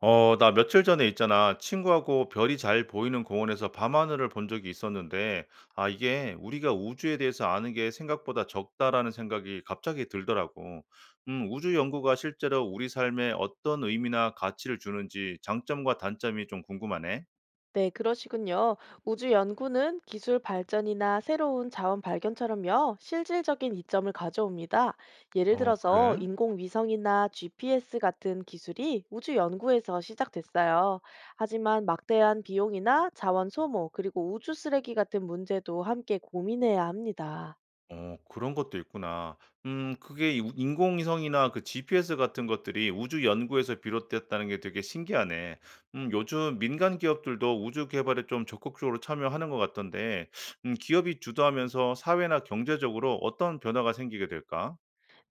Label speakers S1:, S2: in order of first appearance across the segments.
S1: 어, 나 며칠 전에 있잖아. 친구하고 별이 잘 보이는 공원에서 밤하늘을 본 적이 있었는데, 아, 이게 우리가 우주에 대해서 아는 게 생각보다 적다라는 생각이 갑자기 들더라고. 우주 연구가 실제로 우리 삶에 어떤 의미나 가치를 주는지 장점과 단점이 좀 궁금하네.
S2: 네, 그러시군요. 우주 연구는 기술 발전이나 새로운 자원 발견처럼요, 실질적인 이점을 가져옵니다. 예를
S1: 어,
S2: 들어서
S1: 그래?
S2: 인공위성이나 GPS 같은 기술이 우주 연구에서 시작됐어요. 하지만 막대한 비용이나 자원 소모, 그리고 우주 쓰레기 같은 문제도 함께 고민해야 합니다.
S1: 어, 그런 것도 있구나. 그게 이 우 인공위성이나 그 GPS 같은 것들이 우주 연구에서 비롯됐다는 게 되게 신기하네. 요즘 민간 기업들도 우주 개발에 좀 적극적으로 참여하는 것 같던데 기업이 주도하면서 사회나 경제적으로 어떤 변화가 생기게 될까?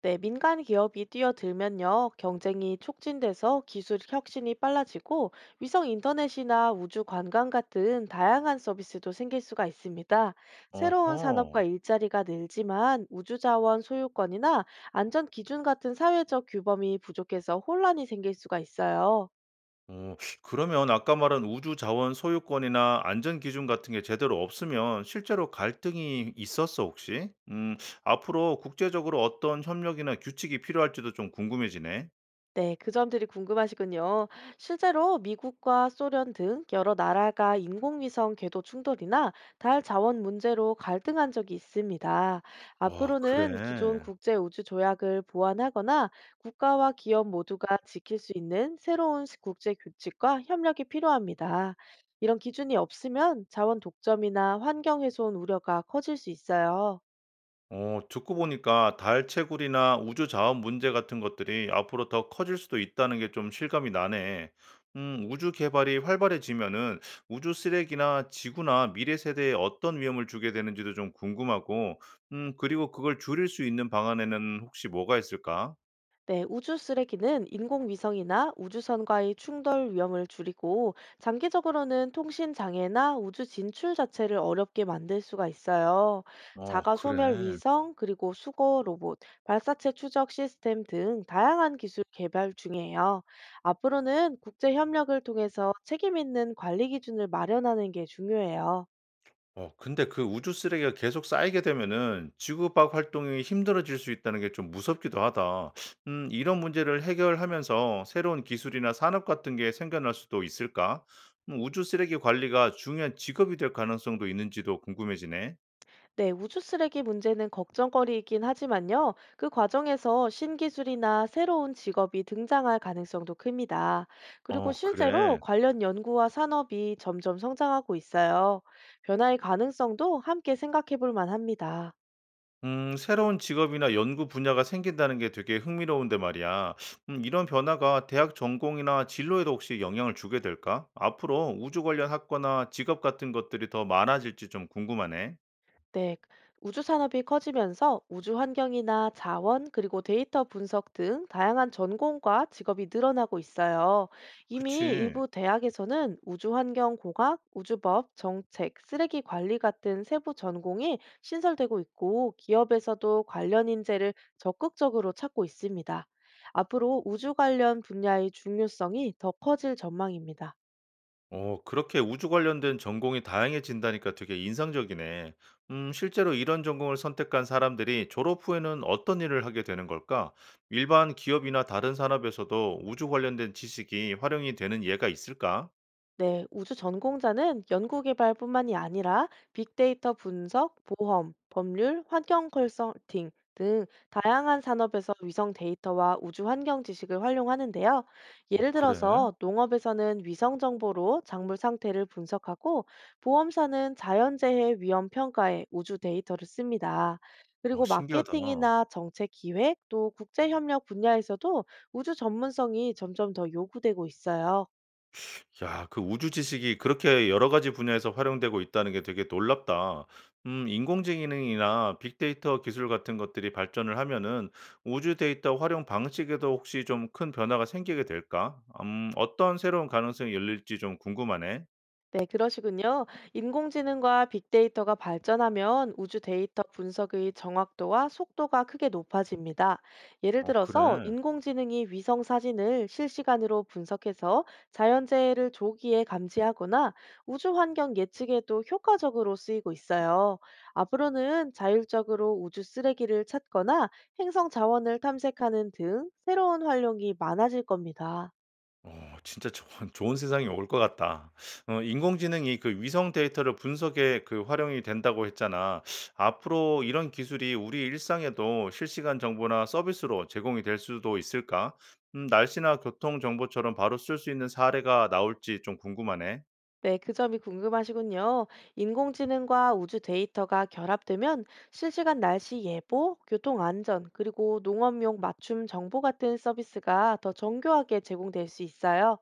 S2: 네, 민간 기업이 뛰어들면요, 경쟁이 촉진돼서 기술 혁신이 빨라지고 위성 인터넷이나 우주 관광 같은 다양한 서비스도 생길 수가 있습니다. 새로운 산업과
S1: 어허.
S2: 일자리가 늘지만 우주 자원 소유권이나 안전 기준 같은 사회적 규범이 부족해서 혼란이 생길 수가 있어요.
S1: 어, 그러면 아까 말한 우주 자원 소유권이나 안전 기준 같은 게 제대로 없으면 실제로 갈등이 있었어, 혹시? 앞으로 국제적으로 어떤 협력이나 규칙이 필요할지도 좀 궁금해지네.
S2: 네, 그 점들이 궁금하시군요. 실제로 미국과 소련 등 여러 나라가 인공위성 궤도 충돌이나 달 자원 문제로 갈등한 적이 있습니다.
S1: 아,
S2: 앞으로는 기존
S1: 그래.
S2: 국제 우주 조약을 보완하거나 국가와 기업 모두가 지킬 수 있는 새로운 국제 규칙과 협력이 필요합니다. 이런 기준이 없으면 자원 독점이나 환경 훼손 우려가 커질 수 있어요.
S1: 어, 듣고 보니까 달 채굴이나 우주 자원 문제 같은 것들이 앞으로 더 커질 수도 있다는 게 좀 실감이 나네. 우주 개발이 활발해지면은 우주 쓰레기나 지구나 미래 세대에 어떤 위험을 주게 되는지도 좀 궁금하고, 그리고 그걸 줄일 수 있는 방안에는 혹시 뭐가 있을까?
S2: 네, 우주 쓰레기는 인공위성이나 우주선과의 충돌 위험을 줄이고 장기적으로는 통신 장애나 우주 진출 자체를 어렵게 만들 수가 있어요.
S1: 어,
S2: 자가 소멸
S1: 그래.
S2: 위성, 그리고 수거 로봇, 발사체 추적 시스템 등 다양한 기술 개발 중이에요. 앞으로는 국제 협력을 통해서 책임 있는 관리 기준을 마련하는 게 중요해요.
S1: 어, 근데 그 우주 쓰레기가 계속 쌓이게 되면은 지구 밖 활동이 힘들어질 수 있다는 게 좀 무섭기도 하다. 이런 문제를 해결하면서 새로운 기술이나 산업 같은 게 생겨날 수도 있을까? 우주 쓰레기 관리가 중요한 직업이 될 가능성도 있는지도 궁금해지네.
S2: 네, 우주 쓰레기 문제는 걱정거리이긴 하지만요. 그 과정에서 신기술이나 새로운 직업이 등장할 가능성도 큽니다. 그리고
S1: 어,
S2: 실제로
S1: 그래.
S2: 관련 연구와 산업이 점점 성장하고 있어요. 변화의 가능성도 함께 생각해 볼 만합니다.
S1: 새로운 직업이나 연구 분야가 생긴다는 게 되게 흥미로운데 말이야. 이런 변화가 대학 전공이나 진로에도 혹시 영향을 주게 될까? 앞으로 우주 관련 학과나 직업 같은 것들이 더 많아질지 좀 궁금하네.
S2: 네, 우주 산업이 커지면서 우주 환경이나 자원, 그리고 데이터 분석 등 다양한 전공과 직업이 늘어나고 있어요. 이미
S1: 그치.
S2: 일부 대학에서는 우주 환경 공학, 우주법, 정책, 쓰레기 관리 같은 세부 전공이 신설되고 있고, 기업에서도 관련 인재를 적극적으로 찾고 있습니다. 앞으로 우주 관련 분야의 중요성이 더 커질 전망입니다.
S1: 어, 그렇게 우주 관련된 전공이 다양해진다니까 되게 인상적이네. 실제로 이런 전공을 선택한 사람들이 졸업 후에는 어떤 일을 하게 되는 걸까? 일반 기업이나 다른 산업에서도 우주 관련된 지식이 활용이 되는 예가 있을까?
S2: 네, 우주 전공자는 연구개발뿐만이 아니라 빅데이터 분석, 보험, 법률, 환경 컨설팅 등 다양한 산업에서 위성 데이터와 우주 환경 지식을 활용하는데요.
S1: 어,
S2: 예를
S1: 그래.
S2: 들어서 농업에서는 위성 정보로 작물 상태를 분석하고 보험사는 자연재해 위험 평가에 우주 데이터를 씁니다.
S1: 어,
S2: 그리고
S1: 신기하다.
S2: 마케팅이나 정책 기획 또 국제협력 분야에서도 우주 전문성이 점점 더 요구되고 있어요.
S1: 야, 그 우주 지식이 그렇게 여러 가지 분야에서 활용되고 있다는 게 되게 놀랍다. 인공지능이나 빅데이터 기술 같은 것들이 발전을 하면은 우주 데이터 활용 방식에도 혹시 좀 큰 변화가 생기게 될까? 어떤 새로운 가능성이 열릴지 좀 궁금하네.
S2: 네, 그러시군요. 인공지능과 빅데이터가 발전하면 우주 데이터 분석의 정확도와 속도가 크게 높아집니다. 예를
S1: 어,
S2: 들어서
S1: 그래.
S2: 인공지능이 위성 사진을 실시간으로 분석해서 자연재해를 조기에 감지하거나 우주 환경 예측에도 효과적으로 쓰이고 있어요. 앞으로는 자율적으로 우주 쓰레기를 찾거나 행성 자원을 탐색하는 등 새로운 활용이 많아질 겁니다.
S1: 어, 진짜 좋은 좋은 세상이 올 것 같다. 어, 인공지능이 그 위성 데이터를 분석에 그 활용이 된다고 했잖아. 앞으로 이런 기술이 우리 일상에도 실시간 정보나 서비스로 제공이 될 수도 있을까? 날씨나 교통 정보처럼 바로 쓸 수 있는 사례가 나올지 좀 궁금하네.
S2: 네, 그 점이 궁금하시군요. 인공지능과 우주 데이터가 결합되면 실시간 날씨 예보, 교통 안전, 그리고 농업용 맞춤 정보 같은 서비스가 더 정교하게 제공될 수 있어요.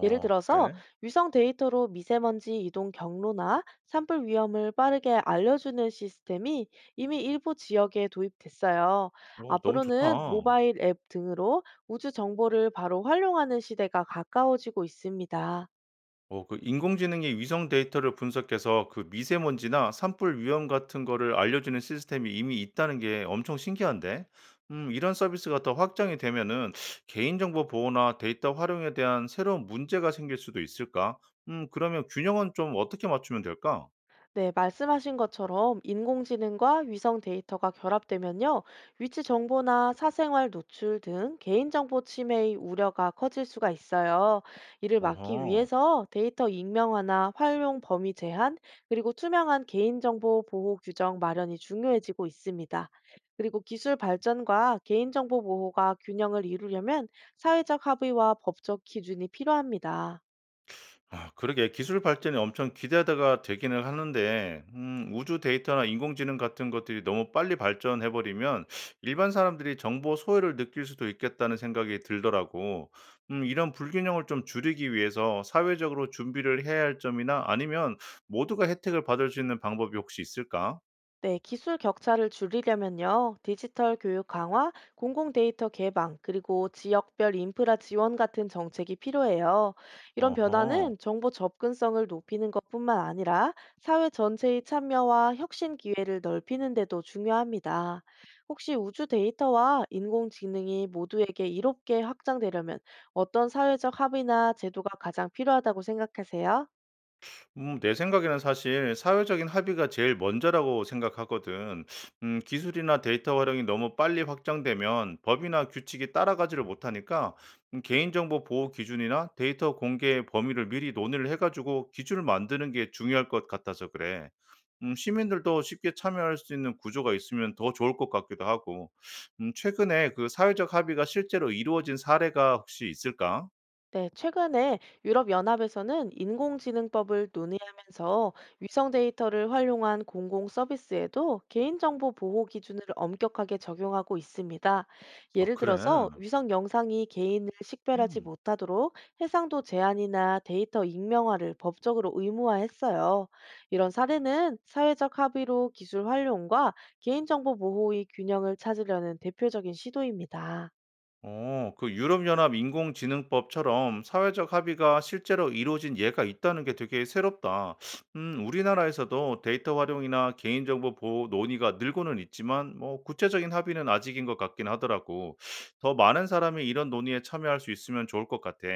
S2: 예를 들어서
S1: 그래?
S2: 위성 데이터로 미세먼지 이동 경로나 산불 위험을 빠르게 알려주는 시스템이 이미 일부 지역에 도입됐어요.
S1: 어, 너무 좋다.
S2: 앞으로는 모바일 앱 등으로 우주 정보를 바로 활용하는 시대가 가까워지고 있습니다.
S1: 어, 그 인공지능이 위성 데이터를 분석해서 그 미세먼지나 산불 위험 같은 거를 알려주는 시스템이 이미 있다는 게 엄청 신기한데, 이런 서비스가 더 확장이 되면은 개인정보 보호나 데이터 활용에 대한 새로운 문제가 생길 수도 있을까? 그러면 균형은 좀 어떻게 맞추면 될까?
S2: 네, 말씀하신 것처럼 인공지능과 위성 데이터가 결합되면요, 위치 정보나 사생활 노출 등 개인정보 침해의 우려가 커질 수가 있어요. 이를 막기
S1: 어허.
S2: 위해서 데이터 익명화나 활용 범위 제한, 그리고 투명한 개인정보 보호 규정 마련이 중요해지고 있습니다. 그리고 기술 발전과 개인정보 보호가 균형을 이루려면 사회적 합의와 법적 기준이 필요합니다.
S1: 아, 그러게 기술 발전이 엄청 기대하다가 되기는 하는데 우주 데이터나 인공지능 같은 것들이 너무 빨리 발전해 버리면 일반 사람들이 정보 소외를 느낄 수도 있겠다는 생각이 들더라고. 이런 불균형을 좀 줄이기 위해서 사회적으로 준비를 해야 할 점이나 아니면 모두가 혜택을 받을 수 있는 방법이 혹시 있을까?
S2: 네, 기술 격차를 줄이려면요, 디지털 교육 강화, 공공 데이터 개방, 그리고 지역별 인프라 지원 같은 정책이 필요해요. 이런
S1: 어허.
S2: 변화는 정보 접근성을 높이는 것뿐만 아니라 사회 전체의 참여와 혁신 기회를 넓히는 데도 중요합니다. 혹시 우주 데이터와 인공지능이 모두에게 이롭게 확장되려면 어떤 사회적 합의나 제도가 가장 필요하다고 생각하세요?
S1: 내 생각에는 사실 사회적인 합의가 제일 먼저라고 생각하거든. 기술이나 데이터 활용이 너무 빨리 확장되면 법이나 규칙이 따라가지를 못하니까 개인정보 보호 기준이나 데이터 공개 범위를 미리 논의를 해 가지고 기준을 만드는 게 중요할 것 같아서 그래. 시민들도 쉽게 참여할 수 있는 구조가 있으면 더 좋을 것 같기도 하고. 최근에 그 사회적 합의가 실제로 이루어진 사례가 혹시 있을까?
S2: 네, 최근에 유럽연합에서는 인공지능법을 논의하면서 위성 데이터를 활용한 공공 서비스에도 개인정보 보호 기준을 엄격하게 적용하고 있습니다.
S1: 아,
S2: 예를
S1: 그래.
S2: 들어서 위성 영상이 개인을 식별하지
S1: 음.
S2: 못하도록 해상도 제한이나 데이터 익명화를 법적으로 의무화했어요. 이런 사례는 사회적 합의로 기술 활용과 개인정보 보호의 균형을 찾으려는 대표적인 시도입니다.
S1: 어, 그 유럽연합 인공지능법처럼 사회적 합의가 실제로 이루어진 예가 있다는 게 되게 새롭다. 우리나라에서도 데이터 활용이나 개인정보 보호 논의가 늘고는 있지만, 뭐, 구체적인 합의는 아직인 것 같긴 하더라고. 더 많은 사람이 이런 논의에 참여할 수 있으면 좋을 것 같아.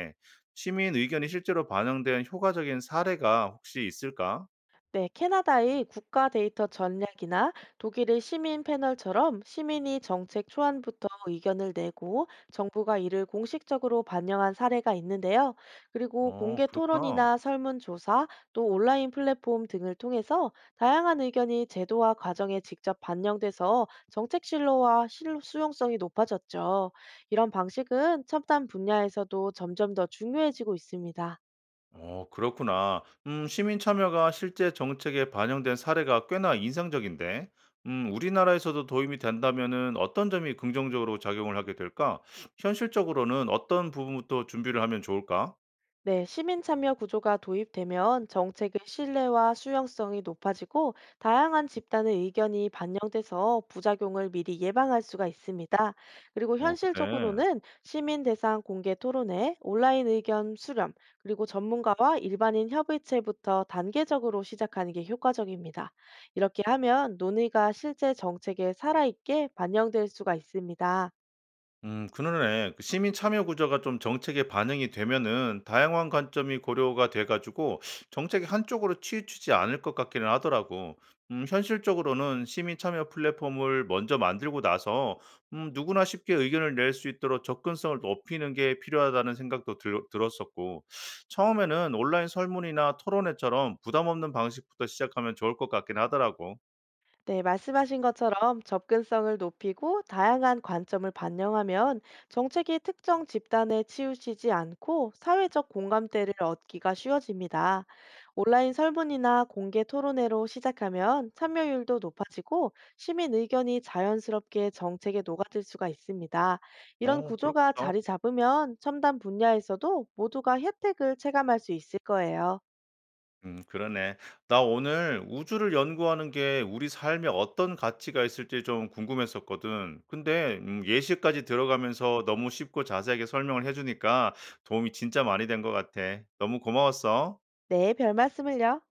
S1: 시민 의견이 실제로 반영된 효과적인 사례가 혹시 있을까?
S2: 네, 캐나다의 국가 데이터 전략이나 독일의 시민 패널처럼 시민이 정책 초안부터 의견을 내고 정부가 이를 공식적으로 반영한 사례가 있는데요. 그리고
S1: 어,
S2: 공개
S1: 그렇구나.
S2: 토론이나 설문조사 또 온라인 플랫폼 등을 통해서 다양한 의견이 제도와 과정에 직접 반영돼서 정책 신뢰와 수용성이 높아졌죠. 이런 방식은 첨단 분야에서도 점점 더 중요해지고 있습니다.
S1: 어, 그렇구나. 시민 참여가 실제 정책에 반영된 사례가 꽤나 인상적인데, 우리나라에서도 도입이 된다면은 어떤 점이 긍정적으로 작용을 하게 될까? 현실적으로는 어떤 부분부터 준비를 하면 좋을까?
S2: 네, 시민 참여 구조가 도입되면 정책의 신뢰와 수용성이 높아지고 다양한 집단의 의견이 반영돼서 부작용을 미리 예방할 수가 있습니다. 그리고
S1: 어, 그래.
S2: 현실적으로는 시민 대상 공개 토론회, 온라인 의견 수렴, 그리고 전문가와 일반인 협의체부터 단계적으로 시작하는 게 효과적입니다. 이렇게 하면 논의가 실제 정책에 살아있게 반영될 수가 있습니다.
S1: 그러네. 그 시민 참여 구조가 좀 정책에 반영이 되면은 다양한 관점이 고려가 돼가지고 정책이 한쪽으로 치우치지 않을 것 같기는 하더라고. 현실적으로는 시민 참여 플랫폼을 먼저 만들고 나서 누구나 쉽게 의견을 낼 수 있도록 접근성을 높이는 게 필요하다는 생각도 들었었고, 처음에는 온라인 설문이나 토론회처럼 부담 없는 방식부터 시작하면 좋을 것 같긴 하더라고.
S2: 네, 말씀하신 것처럼 접근성을 높이고 다양한 관점을 반영하면 정책이 특정 집단에 치우치지 않고 사회적 공감대를 얻기가 쉬워집니다. 온라인 설문이나 공개 토론회로 시작하면 참여율도 높아지고 시민 의견이 자연스럽게 정책에 녹아들 수가 있습니다. 이런
S1: 어,
S2: 구조가
S1: 그렇겠다.
S2: 자리 잡으면 첨단 분야에서도 모두가 혜택을 체감할 수 있을 거예요.
S1: 그러네. 나 오늘 우주를 연구하는 게 우리 삶에 어떤 가치가 있을지 좀 궁금했었거든. 근데 예시까지 들어가면서 너무 쉽고 자세하게 설명을 해주니까 도움이 진짜 많이 된 것 같아. 너무 고마웠어.
S2: 네, 별 말씀을요.